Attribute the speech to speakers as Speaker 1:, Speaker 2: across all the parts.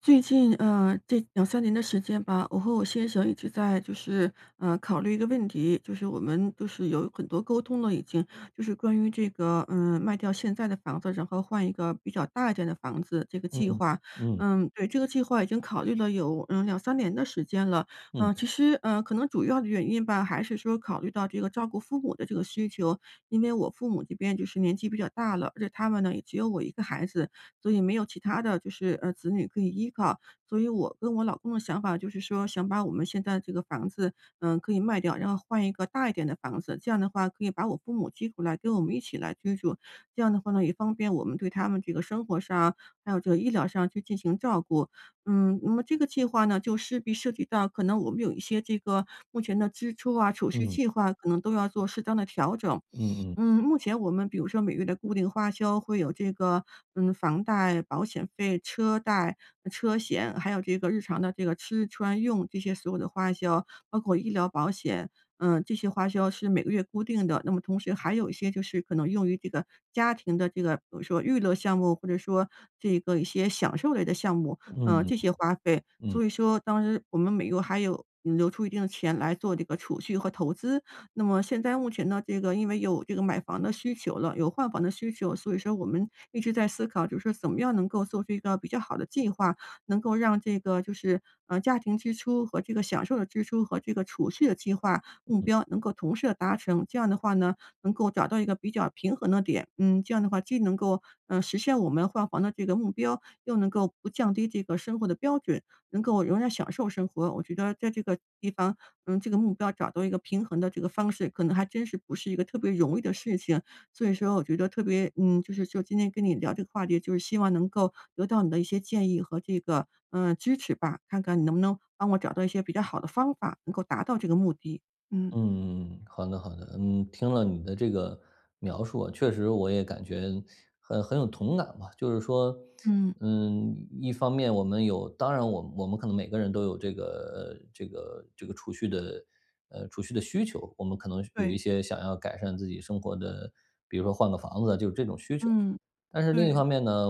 Speaker 1: 最近，这两三年的时间吧，我和我先生一直在就是，考虑一个问题，就是我们就是有很多沟通了已经，就是关于这个，卖掉现在的房子，然后换一个比较大一点的房子这个计
Speaker 2: 嗯，
Speaker 1: 划。
Speaker 2: 嗯，
Speaker 1: 嗯，对，这个计划已经考虑了有，两三年的时间了。
Speaker 2: 嗯，
Speaker 1: 嗯，其实，可能主要的原因吧，还是说考虑到这个照顾父母的这个需求，因为我父母这边就是年纪比较大了，而且他们呢也只有我一个孩子，所以没有其他的就是子女可以依靠。所以我跟我老公的想法就是说，想把我们现在这个房子，可以卖掉，然后换一个大一点的房子。这样的话，可以把我父母接过来，跟我们一起来居住。这样的话呢，也方便我们对他们这个生活上，还有这个医疗上去进行照顾。嗯，那么这个计划呢，就势必涉及到可能我们有一些这个目前的支出啊、储蓄
Speaker 2: 嗯，
Speaker 1: 计划，可能都要做适当的调整。
Speaker 2: 嗯，嗯，
Speaker 1: 嗯，目前我们比如说每月的固定花销会有这个，房贷、保险费、车贷、车险，还有这个日常的这个吃穿用这些所有的花销，包括医疗保险，这些花销是每个月固定的。那么同时还有一些就是可能用于这个家庭的这个，比如说娱乐项目，或者说这个一些享受类的项目，
Speaker 2: 嗯，
Speaker 1: 这些花费。
Speaker 2: 嗯，
Speaker 1: 所以说当时我们每个月还有留出一定的钱来做这个储蓄和投资。那么现在目前呢，这个因为有这个买房的需求了，有换房的需求，所以说我们一直在思考，就是说怎么样能够做出一个比较好的计划，能够让这个就是，家庭支出和这个享受的支出和这个储蓄的计划目
Speaker 2: 嗯，
Speaker 1: 标能够同时的达成。这样的话呢，能够找到一个比较平衡的点。嗯，这样的话既能够实现我们换房的这个目标，又能够不降低这个生活的标准，能够仍然享受生活。我觉得在这个地方这个目标找到一个平衡的这个方式，可能还真是不是一个特别容易的事情。所以说我觉得特别就是就今天跟你聊这个话题，就是希望能够得到你的一些建议和这个，支持吧，看看你能不能帮我找到一些比较好的方法，能够达到这个目的。嗯。
Speaker 2: 嗯，好的，好的。嗯，听了你的这个描述啊，确实我也感觉很有同感吧。就是说，
Speaker 1: 嗯，
Speaker 2: 一方面我们有，当然我们可能每个人都有这个储蓄的需求，我们可能有一
Speaker 1: 对，
Speaker 2: 些想要改善自己生活的，比如说换个房子啊就是这种需求。
Speaker 1: 嗯，
Speaker 2: 但是另一方
Speaker 1: 对，
Speaker 2: 面呢，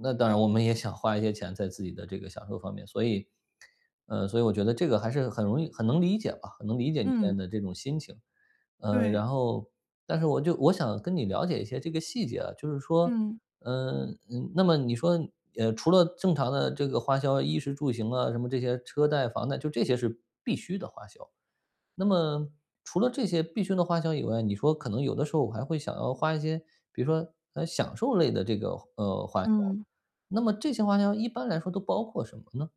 Speaker 2: 那当然我们也想花一些钱在自己的这个享受方面，所以我觉得这个还是很容易很能理解吧，很能理解你
Speaker 1: 嗯，
Speaker 2: 现在的这种心情。
Speaker 1: 对，
Speaker 2: 然后，但是我想跟你了解一些这个细节啊，就是说，
Speaker 1: 嗯。
Speaker 2: 那么你说，除了正常的这个花销，衣食住行啊，什么这些车贷、房贷，就这些是必须的花销。那么除了这些必须的花销以外，你说可能有的时候我还会想要花一些，比如说，享受类的这个，花销，
Speaker 1: 嗯。
Speaker 2: 那么这些花销一般来说都包括什么呢？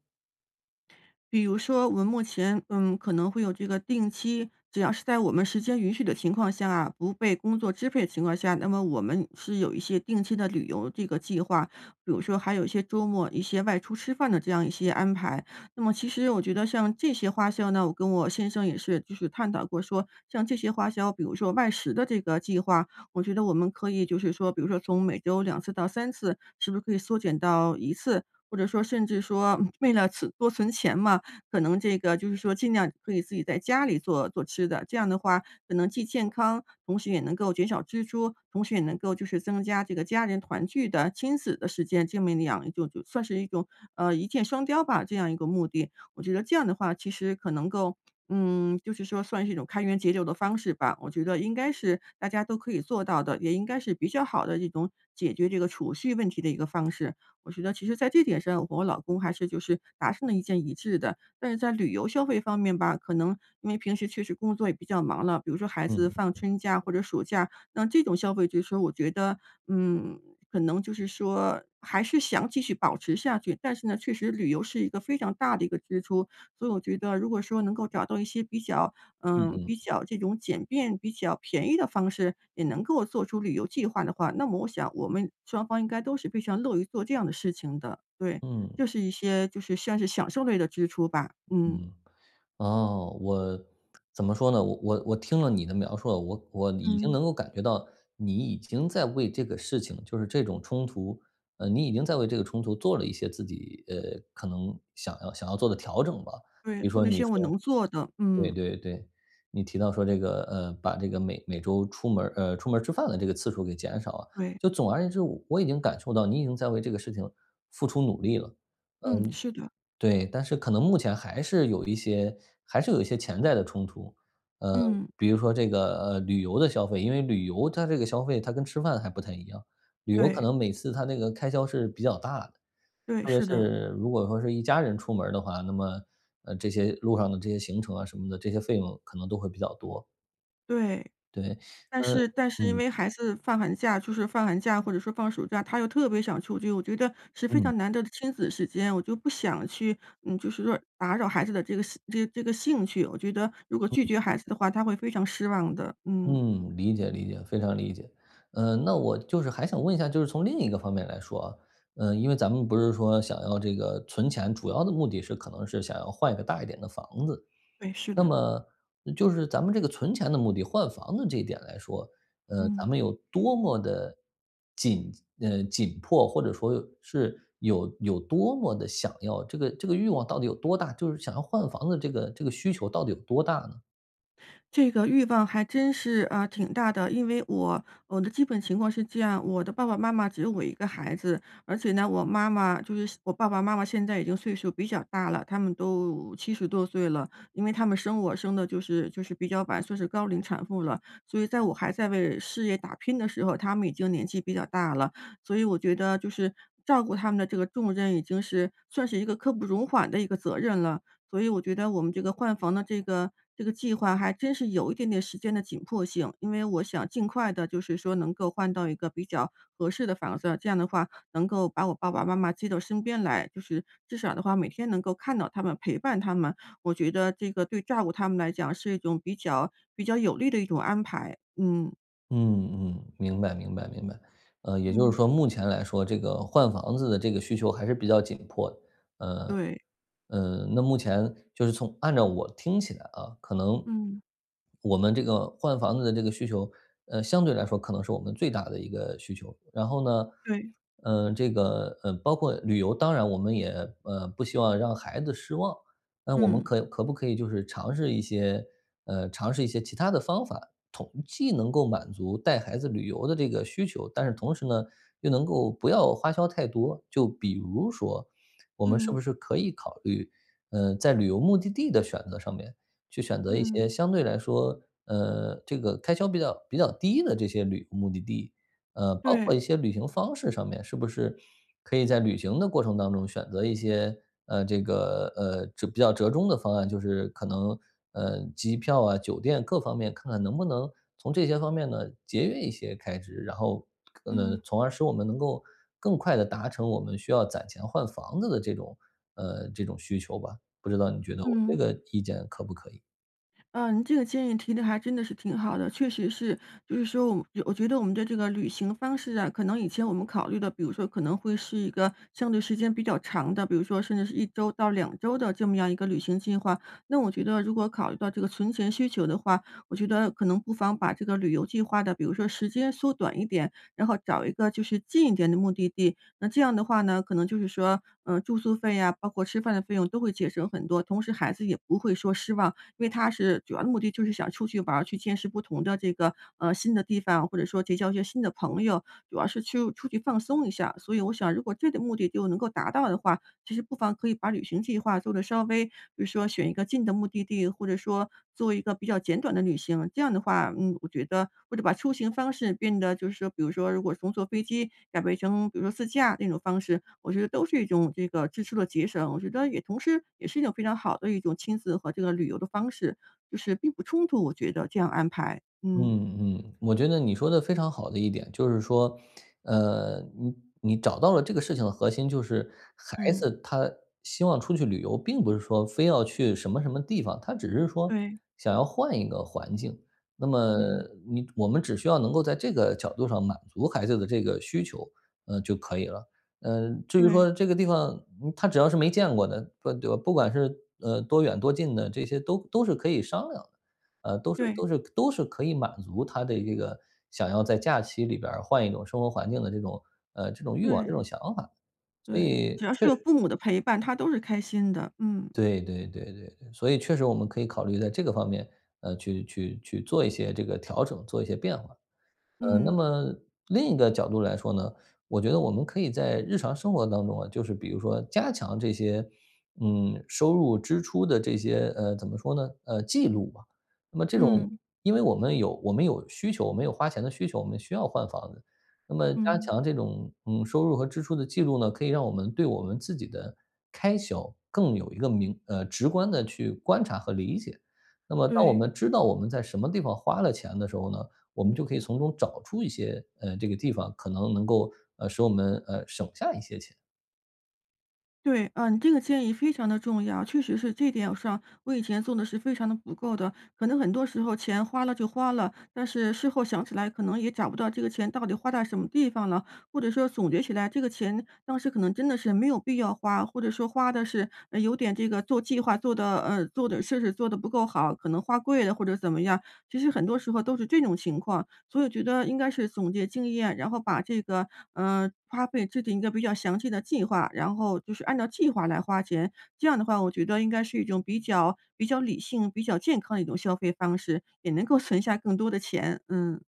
Speaker 1: 比如说我们目前，可能会有这个定期，只要是在我们时间允许的情况下啊，不被工作支配的情况下，那么我们是有一些定期的旅游这个计划，比如说还有一些周末一些外出吃饭的这样一些安排。那么其实我觉得像这些花销呢，我跟我先生也是就是探讨过说，像这些花销，比如说外食的这个计划，我觉得我们可以就是说，比如说从每周两次到三次，是不是可以缩减到一次？或者说，甚至说 为了存钱嘛，可能这个就是说尽量可以自己在家里做做吃的，这样的话可能既健康，同时也能够减少支出，同时也能够就是增加这个家人团聚的亲子的时间，这么两就算是一种一箭双雕吧，这样一个目的。我觉得这样的话，其实可能够。嗯，就是说算是一种开源节流的方式吧，我觉得应该是大家都可以做到的，也应该是比较好的一种解决这个储蓄问题的一个方式。我觉得其实在这点上，我和我老公还是就是达成了一件一致的，但是在旅游消费方面吧，可能因为平时确实工作也比较忙了，比如说孩子
Speaker 2: 嗯
Speaker 1: 放春假或者暑假，那这种消费就是说我觉得，嗯，可能就是说还是想继续保持下去，但是呢，确实旅游是一个非常大的一个支出，所以我觉得如果说能够找到一些比较，
Speaker 2: 嗯嗯
Speaker 1: 比较这种简便、比较便宜的方式，也能够做出旅游计划的话，那么我想我们双方应该都是非常乐于做这样的事情的，对。
Speaker 2: 嗯
Speaker 1: 就是一些就是像是享受类的支出吧，嗯。
Speaker 2: 嗯，哦，我怎么说呢？我听了你的描述了，我已经
Speaker 1: 嗯。
Speaker 2: 能够感觉到你已经在为这个事情，就是这种冲突，你已经在为这个冲突做了一些自己，可能想要做的调整吧。
Speaker 1: 对，
Speaker 2: 比如
Speaker 1: 做
Speaker 2: 说
Speaker 1: 那
Speaker 2: 你
Speaker 1: 些我
Speaker 2: 说
Speaker 1: 能做的，
Speaker 2: 对
Speaker 1: 嗯，
Speaker 2: 对对，你提到说这个，把这个每周出门儿吃饭的这个次数给减少啊，
Speaker 1: 对，
Speaker 2: 就总而言之，我已经感受到你已经在为这个事情付出努力了。
Speaker 1: 嗯，是的，
Speaker 2: 对，但是可能目前还是有一些潜在的冲突。呃，
Speaker 1: 嗯，
Speaker 2: 比如说这个，旅游的消费，因为旅游它这个消费它跟吃饭还不太一样，旅游可
Speaker 1: 对，
Speaker 2: 能每次它那个开销是比较大的。
Speaker 1: 对，
Speaker 2: 特别
Speaker 1: 是的，
Speaker 2: 是如果说是一家人出门儿的话，那么，这些路上的这些行程啊什么的，这些费用可能都会比较多。
Speaker 1: 对。
Speaker 2: 对，
Speaker 1: 但
Speaker 2: 那
Speaker 1: 是但是因
Speaker 2: 嗯
Speaker 1: 为孩子放寒假就是放寒假或者说放暑假，他又特别想出去，我觉得是非
Speaker 2: 嗯
Speaker 1: 常难得的亲子时间，我就不想去，就是说打扰孩子的这个兴趣，我觉得如果拒绝孩子的话，他会非常失望的，嗯，
Speaker 2: 嗯，理解理解，非常理解。那我就是还想问一下，就是从另一个方面来说啊，因为咱们不是说想要这个存钱，主要的目的是可能是想要换一个大一点的房子。
Speaker 1: 对，是
Speaker 2: 那
Speaker 1: 的，
Speaker 2: 么就是咱们这个存钱的目的，换房的这一点来说，咱
Speaker 1: 嗯。
Speaker 2: 们有多么的紧紧迫，或者说是有多么的想要这个欲望到底有多大？就是想要换房的这个需求到底有多大呢？
Speaker 1: 这个欲望还真是，啊，挺大的。因为我的基本情况是这样，我的爸爸妈妈只有我一个孩子，而且呢，我爸爸妈妈现在已经岁数比较大了，他们都七十多岁了。因为他们生我生的就是比较晚，算是高龄产妇了，所以在我还在为事业打拼的时候，他们已经年纪比较大了。所以我觉得就是照顾他们的这个重任已经是算是一个刻不容缓的一个责任了。所以我觉得我们这个换房的这个计划还真是有一点点时间的紧迫性，因为我想尽快的，就是说能够换到一个比较合适的房子，这样的话能够把我爸爸妈妈接到身边来，就是至少的话每天能够看到他们、陪伴他们，我觉得这个对照顾他们来讲是一种比较有利的一种安排。嗯，
Speaker 2: 嗯嗯，明白明白明白。也就是
Speaker 1: 嗯，
Speaker 2: 说目前来说，这个换房子的这个需求还是比较紧迫的。
Speaker 1: 对，
Speaker 2: 呃，那目前就是从按照我听起来啊，可能
Speaker 1: 嗯。
Speaker 2: 我们这个换房子的这个需求，相对来说可能是我们最大的一个需求。然后呢，
Speaker 1: 对，
Speaker 2: 包括旅游，当然我们也不希望让孩子失望，那我们
Speaker 1: 嗯。
Speaker 2: 可不可以就是尝试一些其他的方法，既能够满足带孩子旅游的这个需求，但是同时呢，又能够不要花销太多。就比如说，我们是不
Speaker 1: 嗯，
Speaker 2: 是可以考虑，在旅游目的地的选择上面，去选择一
Speaker 1: 嗯，
Speaker 2: 些相对来说，这个开销比较低的这些旅游目的地，包括
Speaker 1: 对，
Speaker 2: 一些旅行方式上面，是不是可以在旅行的过程当中选择一些，比较折中的方案，就是可能，机票啊、酒店各方面看看能不能从这些方面呢节约一些开支，然后，
Speaker 1: 嗯。
Speaker 2: 从而使我们能够更快的达成我们需要攒钱换房子的这种，这种需求吧。不知道你觉得我这
Speaker 1: 嗯。
Speaker 2: 个意见可不可以？
Speaker 1: 嗯，你这个建议提的还真的是挺好的，确实是，就是说我觉得我们的这个旅行方式啊，可能以前我们考虑的，比如说可能会是一个相对时间比较长的，比如说甚至是一周到两周的这么样一个旅行计划。那我觉得如果考虑到这个存钱需求的话，我觉得可能不妨把这个旅游计划的，比如说时间缩短一点，然后找一个就是近一点的目的地。那这样的话呢，可能就是说，住宿费呀、包括吃饭的费用都会节省很多，同时孩子也不会说失望。因为他是主要的目的就是想出去玩儿，去见识不同的这个，新的地方，或者说结交一些新的朋友，主要是去出去放松一下。所以我想如果这个目的就能够达到的话，其实不妨可以把旅行计划做的稍微比如说选一个近的目的地，或者说做一个比较简短的旅行。这样的话，我觉得或者把出行方式变得就是说，比如说如果从坐飞机改为成比如说自驾那种方式，我觉得都是一种这个支出的节省。我觉得也同时也是一种非常好的一种亲子和这个旅游的方式，就是并不冲突，我觉得这样安排。嗯，
Speaker 2: 嗯嗯，我觉得你说的非常好的一点就是说，呃，你你找到了这个事情的核心，就是孩
Speaker 1: 嗯，
Speaker 2: 子他希望出去旅游，并不是说非要去什么什么地方，他只是说
Speaker 1: 对，
Speaker 2: 想要换一个环境。那么
Speaker 1: 嗯，
Speaker 2: 我们只需要能够在这个角度上满足孩子的这个需求，就可以了。至于
Speaker 1: 对，
Speaker 2: 说这个地方，他只要是没见过的，不对吧？不管是多远多近的，这些都是可以商量的。都是
Speaker 1: 对，
Speaker 2: 都是都是可以满足他的这个想要在假期里边儿换一种生活环境的这种欲望、这种
Speaker 1: 对，
Speaker 2: 想法。所
Speaker 1: 对，
Speaker 2: 以
Speaker 1: 只要是有父母的陪伴，他都是开心的。嗯。
Speaker 2: 对对对对对，所以确实我们可以考虑在这个方面，去做一些这个调整，做一些变化。那
Speaker 1: 嗯，
Speaker 2: 么另一个角度来说呢，我觉得我们可以在日常生活当中啊，就是比如说加强这些，收入支出的这些，怎么说呢？记录吧。那么这种，
Speaker 1: 嗯，
Speaker 2: 因为我们有需求，我们有花钱的需求，我们需要换房子。那么加
Speaker 1: 嗯，
Speaker 2: 强这种，收入和支出的记录呢，可以让我们对我们自己的开销更有一个直观的去观察和理解。那么当我
Speaker 1: 对，
Speaker 2: 们知道我们在什么地方花了钱的时候呢，我
Speaker 1: 嗯，
Speaker 2: 们就可以从中找出一些这个地方可能能够使我们省下一些钱。
Speaker 1: 对，嗯，你这个建议非常的重要，确实是这点上我以前做的是非常的不够的，可能很多时候钱花了就花了，但是事后想起来可能也找不到这个钱到底花在什么地方了，或者说总结起来这个钱当时可能真的是没有必要花，或者说花的是，有点这个做的事是做的不够好，可能花贵了或者怎么样，其实很多时候都是这种情况。所以我觉得应该是总结经验，然后把这个，花费制定一个比较详细的计划，然后就是按照计划来花钱。这样的话，我觉得应该是一种比较理性、比较健康的一种消费方式，也能够存下更多的钱，嗯。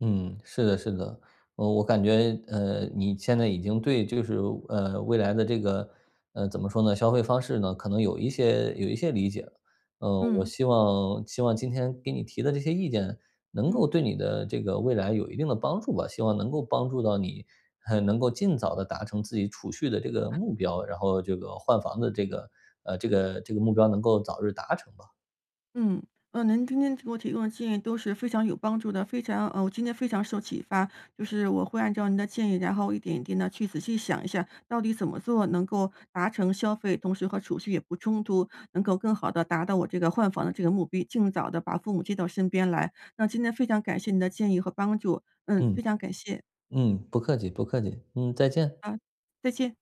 Speaker 2: 嗯，是的，是的，我感觉，你现在已经对就是，未来的这个，怎么说呢，消费方式呢，可能有一些理解了。我
Speaker 1: 嗯，
Speaker 2: 希望今天给你提的这些意见，能够
Speaker 1: 嗯。
Speaker 2: 对你的这个未来有一定的帮助吧，希望能够帮助到你，能够尽早的达成自己储蓄的这个目标，然后这个换房的这个，这个目标能够早日达成吧。
Speaker 1: 嗯，您今天给我提供的建议都是非常有帮助的，非常呃，我今天非常受启发，就是我会按照您的建议，然后一点一点的去仔细想一下，到底怎么做能够达成消费，同时和储蓄也不冲突，能够更好的达到我这个换房的这个目标，尽早的把父母接到身边来。那今天非常感谢您的建议和帮助，嗯，
Speaker 2: 嗯，
Speaker 1: 非常感谢
Speaker 2: 嗯，不客气，不客气，嗯，再见。
Speaker 1: 啊，再见。